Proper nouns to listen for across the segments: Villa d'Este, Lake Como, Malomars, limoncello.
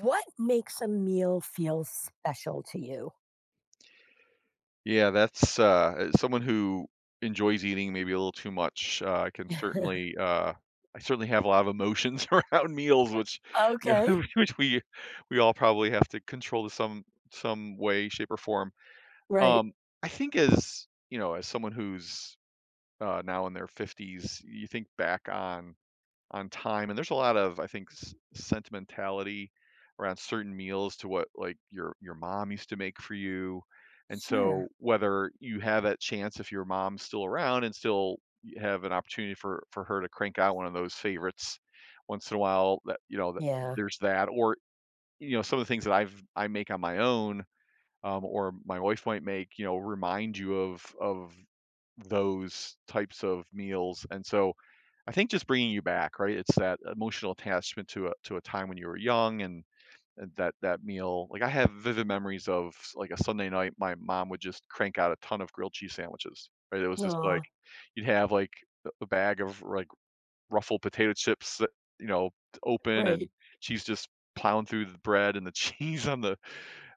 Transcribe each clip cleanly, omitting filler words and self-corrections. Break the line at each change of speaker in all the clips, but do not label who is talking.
What makes a meal feel special to you?
Yeah, that's as someone who enjoys eating maybe a little too much. I can certainly, uh, I certainly have a lot of emotions around meals, which, yeah,
Okay.
which we all probably have to control to some way, shape, or form.
Right.
Um, I think as you know, as someone who's now in their fifties, you think back on time. And there's a lot of, I think, sentimentality around certain meals to what like your mom used to make for you. And so
Sure.
whether you have that chance if your mom's still around and still you have an opportunity for her to crank out one of those favorites once in a while, that you know that
Yeah.
there's that, or you know some of the things that I make on my own. Or my wife might make, you know, remind you of those types of meals. And so I think just bringing you back, right? It's that emotional attachment to a time when you were young and and that meal. Like I have vivid memories of like a Sunday night, my mom would just crank out a ton of grilled cheese sandwiches. Right? It was just
Aw,
like you'd have like a bag of like ruffled potato chips, that, you know, open, and
right.
she's just plowing through the bread and the cheese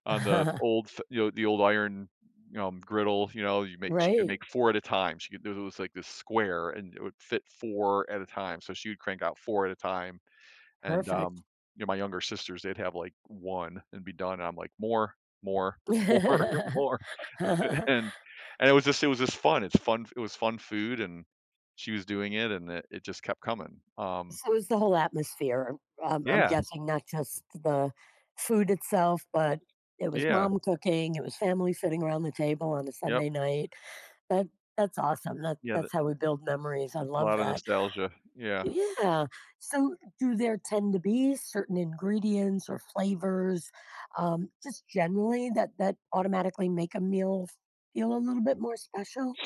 on the old f you know, the old iron, griddle, you know, you make she could
Right.
make 4 at a time. She could It was like this square, and it would fit 4 at a time, so she would crank out 4 at a time, and,
Perfect.
you know, my younger sisters, they'd have, like, 1 and be done, and I'm like, "More, more, more, more," and and it was just fun. It was fun food, and she was doing it, and it just kept coming.
So is the whole atmosphere. I'm
Yeah,
guessing not just the food itself, but it was
yeah,
mom cooking, it was family sitting around the table on a
yep,
Sunday night. That that's awesome. That
yeah, the
that's how we build memories. I
a
love
lot of
that.
nostalgia, yeah.
Yeah. So, do there tend to be certain ingredients or flavors, just generally that that automatically make a meal feel a little bit more special?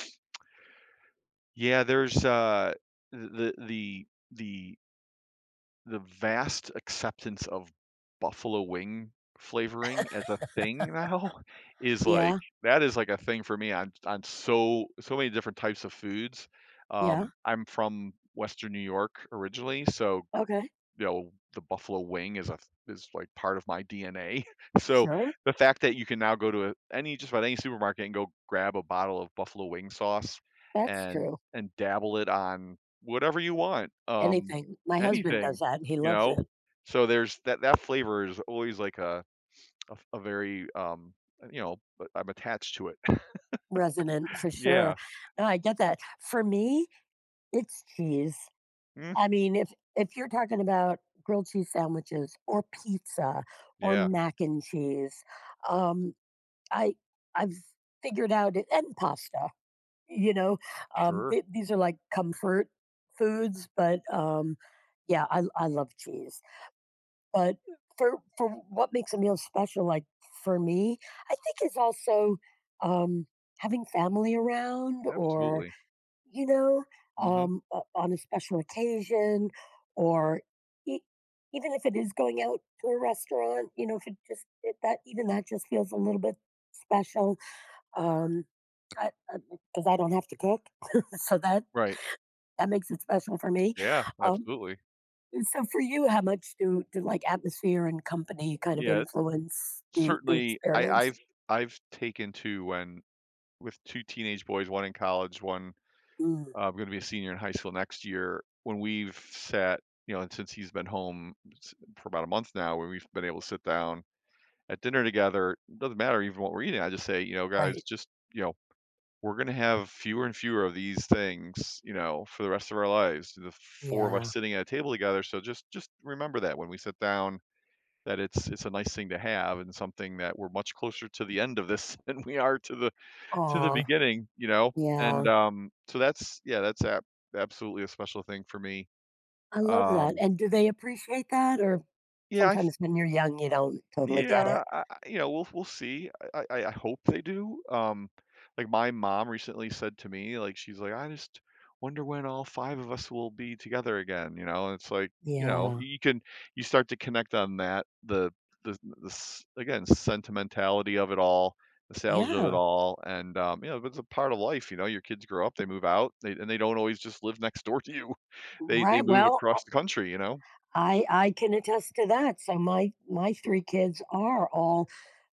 Yeah, there's the the the the vast acceptance of buffalo wing flavoring as a thing now is like
Yeah.
that is like a thing for me on on so many different types of foods.
Yeah.
I'm from Western New York originally, so
Okay.
you know, the buffalo wing is a is like part of my DNA. So
Sure.
the fact that you can now go to any just about any supermarket and go grab a bottle of buffalo wing sauce
That's
and
true.
and dabble it on whatever you want,
Anything. My husband does
anything,
that and he
you
loves
know.
it.
So there's that that flavor is always like a very you know, but I'm attached to it.
Resonant for sure.
Yeah,
No, I get that. For me, it's cheese.
mm,
I mean, if you're talking about grilled cheese sandwiches or pizza or
yeah,
mac and cheese, um, I I've figured out it and pasta, you know,
sure,
these are like comfort foods, but yeah, I love cheese. But for what makes a meal special, like for me, I think is also um, having family around, or
absolutely,
you know,
hmm,
on a special occasion, or e- even if it is going out to a restaurant, you know, if it just it, that even that just feels a little bit special um, because I 'cause I don't have to cook, so that
right,
that makes it special for me.
yeah,
Um,
absolutely,
so for you, how much do, like, atmosphere and company kind of
yeah.
influence the
Certainly,
experience?
I've taken to when with 2 teenage boys, 1 in college, 1,
Mm,
gonna be a senior in high school next year, when we've sat, you know, and since he's been home s for about a month now, when we've been able to sit down at dinner together, doesn't matter even what we're eating, I just say, you know, "Guys,
right.
just, you know, we're gonna have fewer and fewer of these things, you know, for the rest of our lives, the 4 of us
Yeah.
sitting at a table together, so just remember that when we sit down, that it's a nice thing to have and something that we're much closer to the end of this than we are to the
Oh,
beginning, you know?" And,
yeah.
so that's yeah, that's ab absolutely a special thing for me.
I love that,
Um,
and do they appreciate that, or
yeah, I
sometimes when you're young, you don't totally get it?
Yeah, you know, we'll see. I hope they do. Like my mom recently said to me, like she's like, I just wonder when all 5 of us will be together again. You know, and it's like you know,
Yeah.
you can you start to connect on that again sentimentality of it all, nostalgia of it
Yeah.
all, and you know, but it's a part of life. You know, your kids grow up, they move out, and they don't always just live next door to you. They
Right,
move
well,
across the country. You know.
I can attest to that, so my 3 kids are all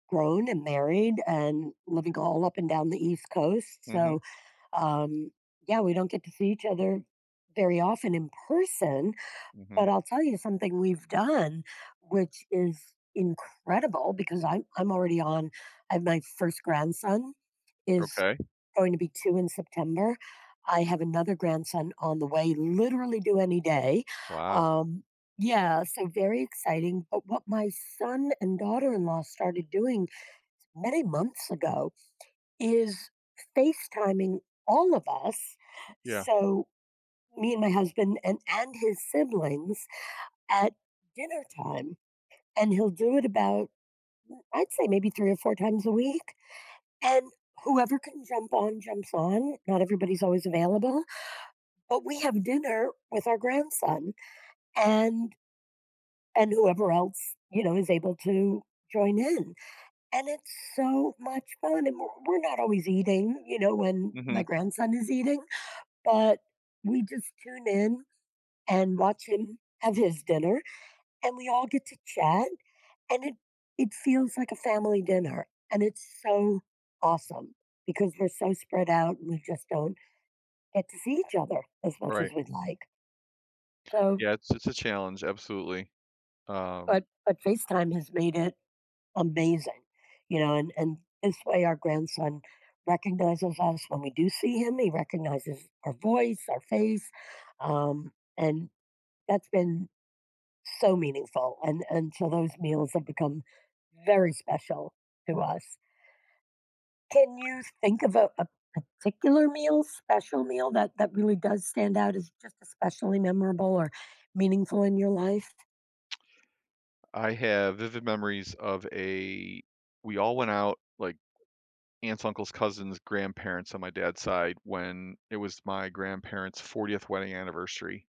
grown and married and living all up and down the East Coast.
Mm-hmm.
So, um, yeah, we don't get to see each other very often in person.
Mm-hmm.
But I'll tell you something we've done, which is incredible I'm already on, I have my first grandson is
Okay.
going to be two in September. I have another grandson on the way, literally do any day.
Wow.
Um, yeah, so very exciting. But what my son and daughter in law started doing many months ago is FaceTiming all of us.
Yeah.
So me and my husband and his siblings at dinner time. And he'll do it about, I'd say maybe three or four times a week. And whoever can jump on, jumps on. Not everybody's always available. But we have dinner with our grandson and and whoever else, you know, is able to join in. And it's so much fun, and we're not always eating, you know, when
Mm-hmm.
my grandson is eating, but we just tune in and watch him have his dinner, and we all get to chat, and it feels like a family dinner, and it's so awesome because we're so spread out, and we just don't get to see each other as much as
Right.
we'd like. So
Yeah, it's a challenge, absolutely. Um,
but FaceTime has made it amazing, you know, and this way our grandson recognizes us when we do see him. He recognizes our voice, our face, um, and that's been so meaningful. And so those meals have become very special to us. Can you think of a particular meal, special meal that that really does stand out as just especially memorable or meaningful in your life?
I have vivid memories of a we all went out, like, aunts, uncles, cousins, grandparents on my dad's side when it was my grandparents' 40th wedding anniversary.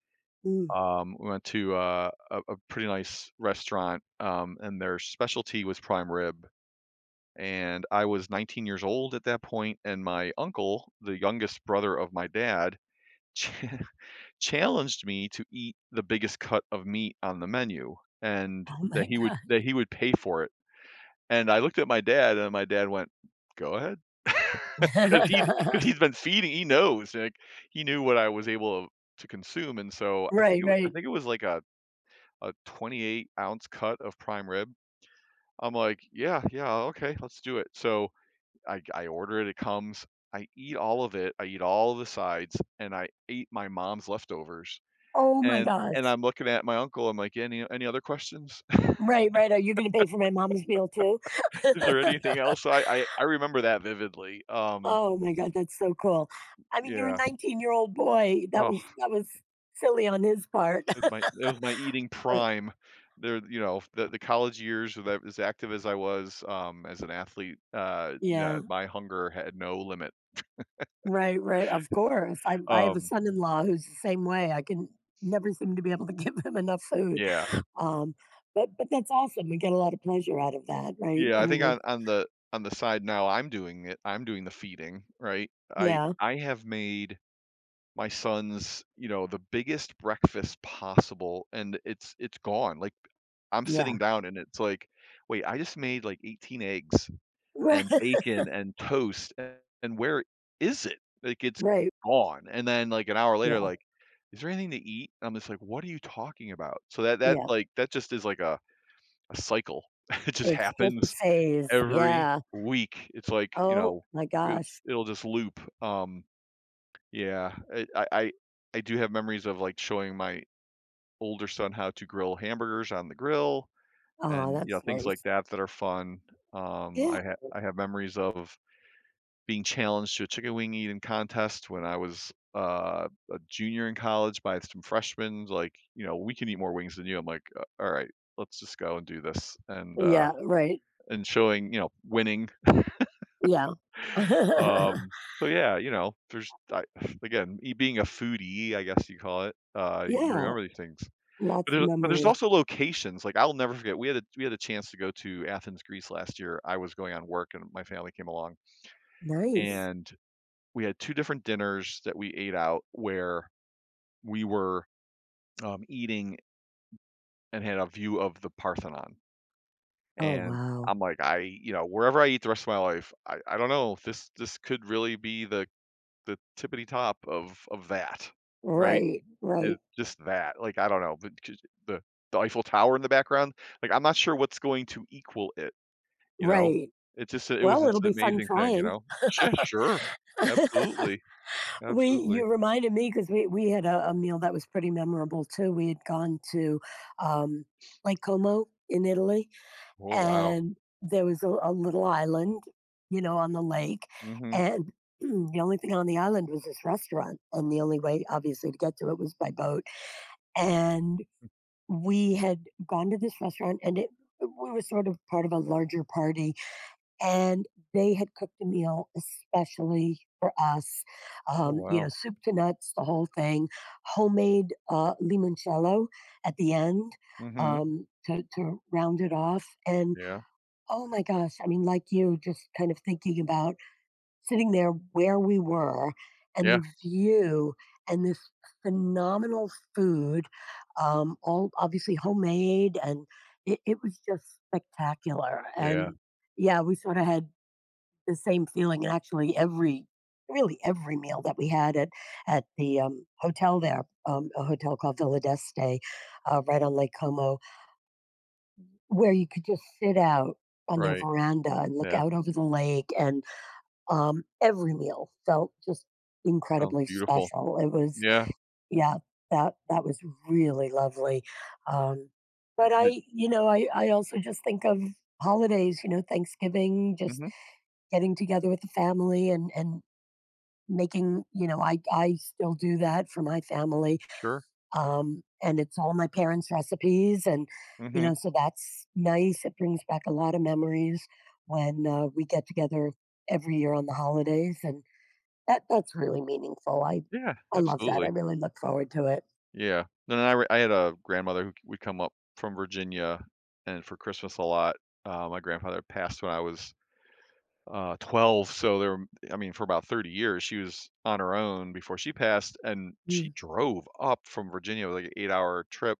Mm,
We went to, a pretty nice restaurant, and their specialty was prime rib, and I was 19 years old at that point, and my uncle, the youngest brother of my dad, challenged me to eat the biggest cut of meat on the menu and
oh my god!
that he would pay for it. And I looked at my dad and my dad went, "Go ahead." Because he's been feeding he knows, like, he knew what I was able to consume, and so
right,
I
right.
think it was like a 28-ounce cut of prime rib. I'm like, "Yeah, yeah, okay, let's do it." So I order it, it comes, I eat all of it, I eat all of the sides, and I ate my mom's leftovers.
Oh my
And
gosh.
I'm looking at my uncle, I'm like, "Any other questions?
Right, right. Are you gonna pay for my mom's meal too?
Is there anything else?" So I remember that vividly.
Oh my god, that's so cool. I mean, you're a
Yeah.
19-year-old boy.
Oh,
That was silly on his part,
it was my eating
but
prime. There you know, the college years with a as active as I was, as an athlete, yeah,
yeah.
my hunger had no limit.
Right, right. Of course. I have a
Um,
son-in-law who's the same way. I can never seem to be able to give him enough food.
yeah.
Um, but that's awesome. We get a lot of pleasure out of that, right?
Yeah,
I
I think
mean,
on
it's
on the side now, I'm doing it. I'm doing the feeding, right? I
yeah,
I have made my son's, you know, the biggest breakfast possible, and it's gone, like, I'm
yeah.
sitting down and it's like, "Wait, I just made, like, 18 eggs
Right,
and bacon and toast, and where is it?" Like, it's
right.
gone, and then, like, an hour later,
Yeah,
like, "Is there anything to eat?" I'm just like, "What are you talking about?" So
yeah.
like, that just is like a cycle. It just
It's just a
happens
phase.
every
Yeah.
week. It's like, you
Oh
know,
my
it
gosh.
it'll just loop, yeah, I do have memories of, like, showing my older son how to grill hamburgers on the grill
Oh,
and, you know,
that's
things like
nice.
that that are fun.
Yeah.
I have memories of being challenged to a chicken wing eating contest when I was, a junior in college by some freshmen, like, you know, "We can eat more wings than you." I'm like, "A Alright, let's just go and do this," and,
Yeah, right.
showing, you know, winning.
Yeah.
Um, so yeah, you know, there's I, again, me being a foodie, I guess you call it. You
Yeah,
remember these things, but
lots of
there's
memories.
also locations. Like I'll never forget. We had a chance to go to Athens, Greece last year. I was going on work, and my family came along,
Nice.
and we had two different dinners that we ate out where we were eating and had a view of the Parthenon.
Oh,
And
wow.
I'm like, you know, wherever I eat the rest of my life, I don't know. This could really be the tippity top of that, right?
Right,
Is
right,
just that. Like, I don't know, but j the the Eiffel Tower in the background, like, I'm not sure what's going to equal it, you know?
right.
It was
Well,
just
it'll
an
be fun
amazing thing, you
trying.
know? Yeah, sure. Absolutely,
We
absolutely.
you reminded me because we had a meal that was pretty memorable too. We had gone to, um, Lake Como in Italy,
Oh, wow.
and there was a little island, you know, on the lake,
Mhm.
and the only thing on the island was this restaurant, and the only way, obviously, to get to it was by boat, and we had gone to this restaurant and it we were sort of part of a larger party and they had cooked a meal especially for us
Oh,
you know
wow.
soup to nuts the whole thing homemade limoncello at the end,
Mhm.
to round it off and
Yeah.
oh my gosh I mean like you just kind of thinking about sitting there where we were and
Yeah.
the view and this phenomenal food, all obviously homemade, and it was just spectacular.
Yeah.
And yeah, we sort of had the same feeling. And actually, every really every meal that we had at the hotel there, a hotel called Villa d'Este, right on Lake Como, where you could just sit out on their
Right.
veranda and look
Yeah,
out over the lake and every meal felt just
sounds
incredibly
beautiful.
special. It was
Yeah.
yeah, that that was really lovely. Um, but
You
I, you know, I also just think of holidays, you know, Thanksgiving, just
mhm.
getting together with the family and making, you know, I still do that for my family.
Sure.
And it's all my parents' recipes and you
Mhm.
know, so that's nice. It brings back a lot of memories when we get together every year on the holidays and that that's really meaningful. I
Yeah,
I love that. I
absolutely.
really look forward to it.
Yeah. No, no, I had a grandmother who c would come up from Virginia, and for Christmas a lot, my grandfather passed when I was, 12, so there were I mean, for about 30 years, she was on her own before she passed, and she
Mm.
drove up from Virginia, with like, an 8-hour trip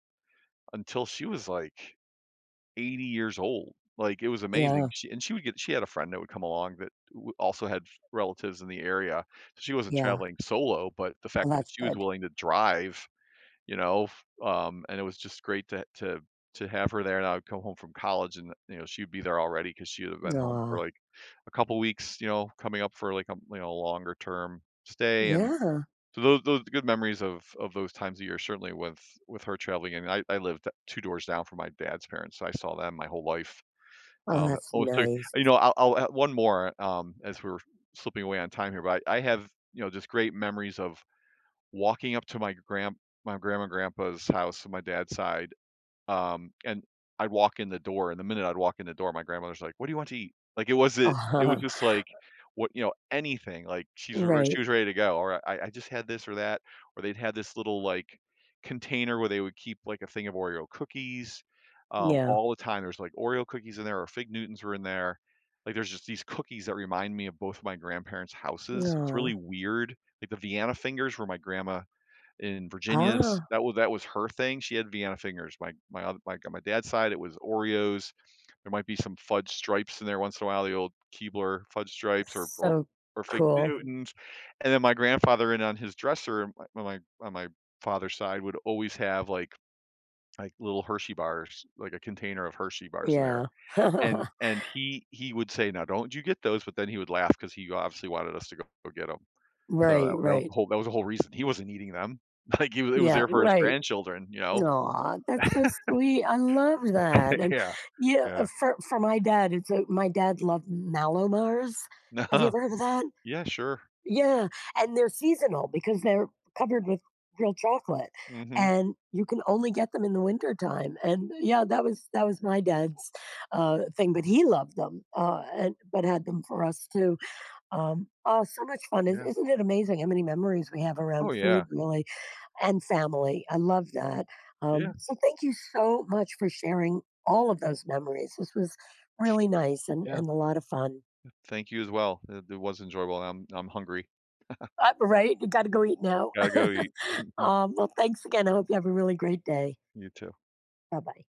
until she was, like, 80 years old. Like, it was amazing.
Yeah,
She would get she had a friend that would come along that w also had relatives in the area. So she wasn't
yeah.
traveling solo, but the
Well,
fact that
that's
she was
good.
willing to drive you know, f and it was just great to have her there, and I would come home from college and, you know, she'd be there already because she would have been home
Aw,
for, like, a couple weeks, you know, coming up for, like, you know, longer term stay, and
yeah.
so those are good memories of those times of year, certainly with her traveling, and I lived 2 doors down from my dad's parents, so I saw them my whole life.
Oh,
It
that's
always took
nice.
you know, I'll add one more, as we're slipping away on time here, but I have, you know, just great memories of walking up to my grandma and grandpa's house on my dad's side, and I'd walk in the door, and the minute I'd walk in the door, my grandmother's like, "What do you want to eat?" Like, it wasn't it was
Uh-huh.
just like, what you know, anything, like, she
Right.
was ready to go, or I just had this or that, or they'd had this little, like, container where they would keep, like, a thing of Oreo cookies,
Yeah.
all the time, there's, like, Oreo cookies in there or Fig Newtons were in there. Like, there's just these cookies that remind me of both of my grandparents' houses. It's
Aw.
really weird, like, the Vienna fingers were my grandma in Virginia's.
Ah,
That was her thing. She had Vienna fingers. My other like on my dad's side, it was Oreos. There might be some fudge stripes in there once in a while, the old Keebler fudge stripes or or
so
or fig
cool.
Newtons. And then my grandfather and on his dresser on my father's side would always have like little Hershey bars, like a container of Hershey bars in there.
Yeah.
And he would say, "Now don't you get those," but then he would laugh because he obviously wanted us to go, go get them. So
Right, right.
that was the whole reason. He wasn't eating them. Like, he was it was
Yeah,
there for his
right.
grandchildren, you know?
Aw, that's so sweet. I love that. And
Yeah,
yeah,
yeah.
for my dad, it's a my dad loved Malomars.
No.
Have you ever heard of that?
Yeah, sure.
Yeah, and they're seasonal because they're covered with real chocolate,
Mhm.
and you can only get them in the winter time. And yeah, that was my dad's, thing, but he loved them, and but had them for us too. Oh, so much fun. Is
Yeah.
isn't it amazing how many memories we have
Oh,
around
yeah.
food really, and family? I love that.
Yeah,
So thank you so much for sharing all of those memories. This was really nice
yeah.
and a lot of fun.
Thank you as well. It was enjoyable. I'm hungry.
Right? You gotta go eat now.
Gotta go eat.
Well, thanks again. I hope you have a really great day.
You too.
Bye bye.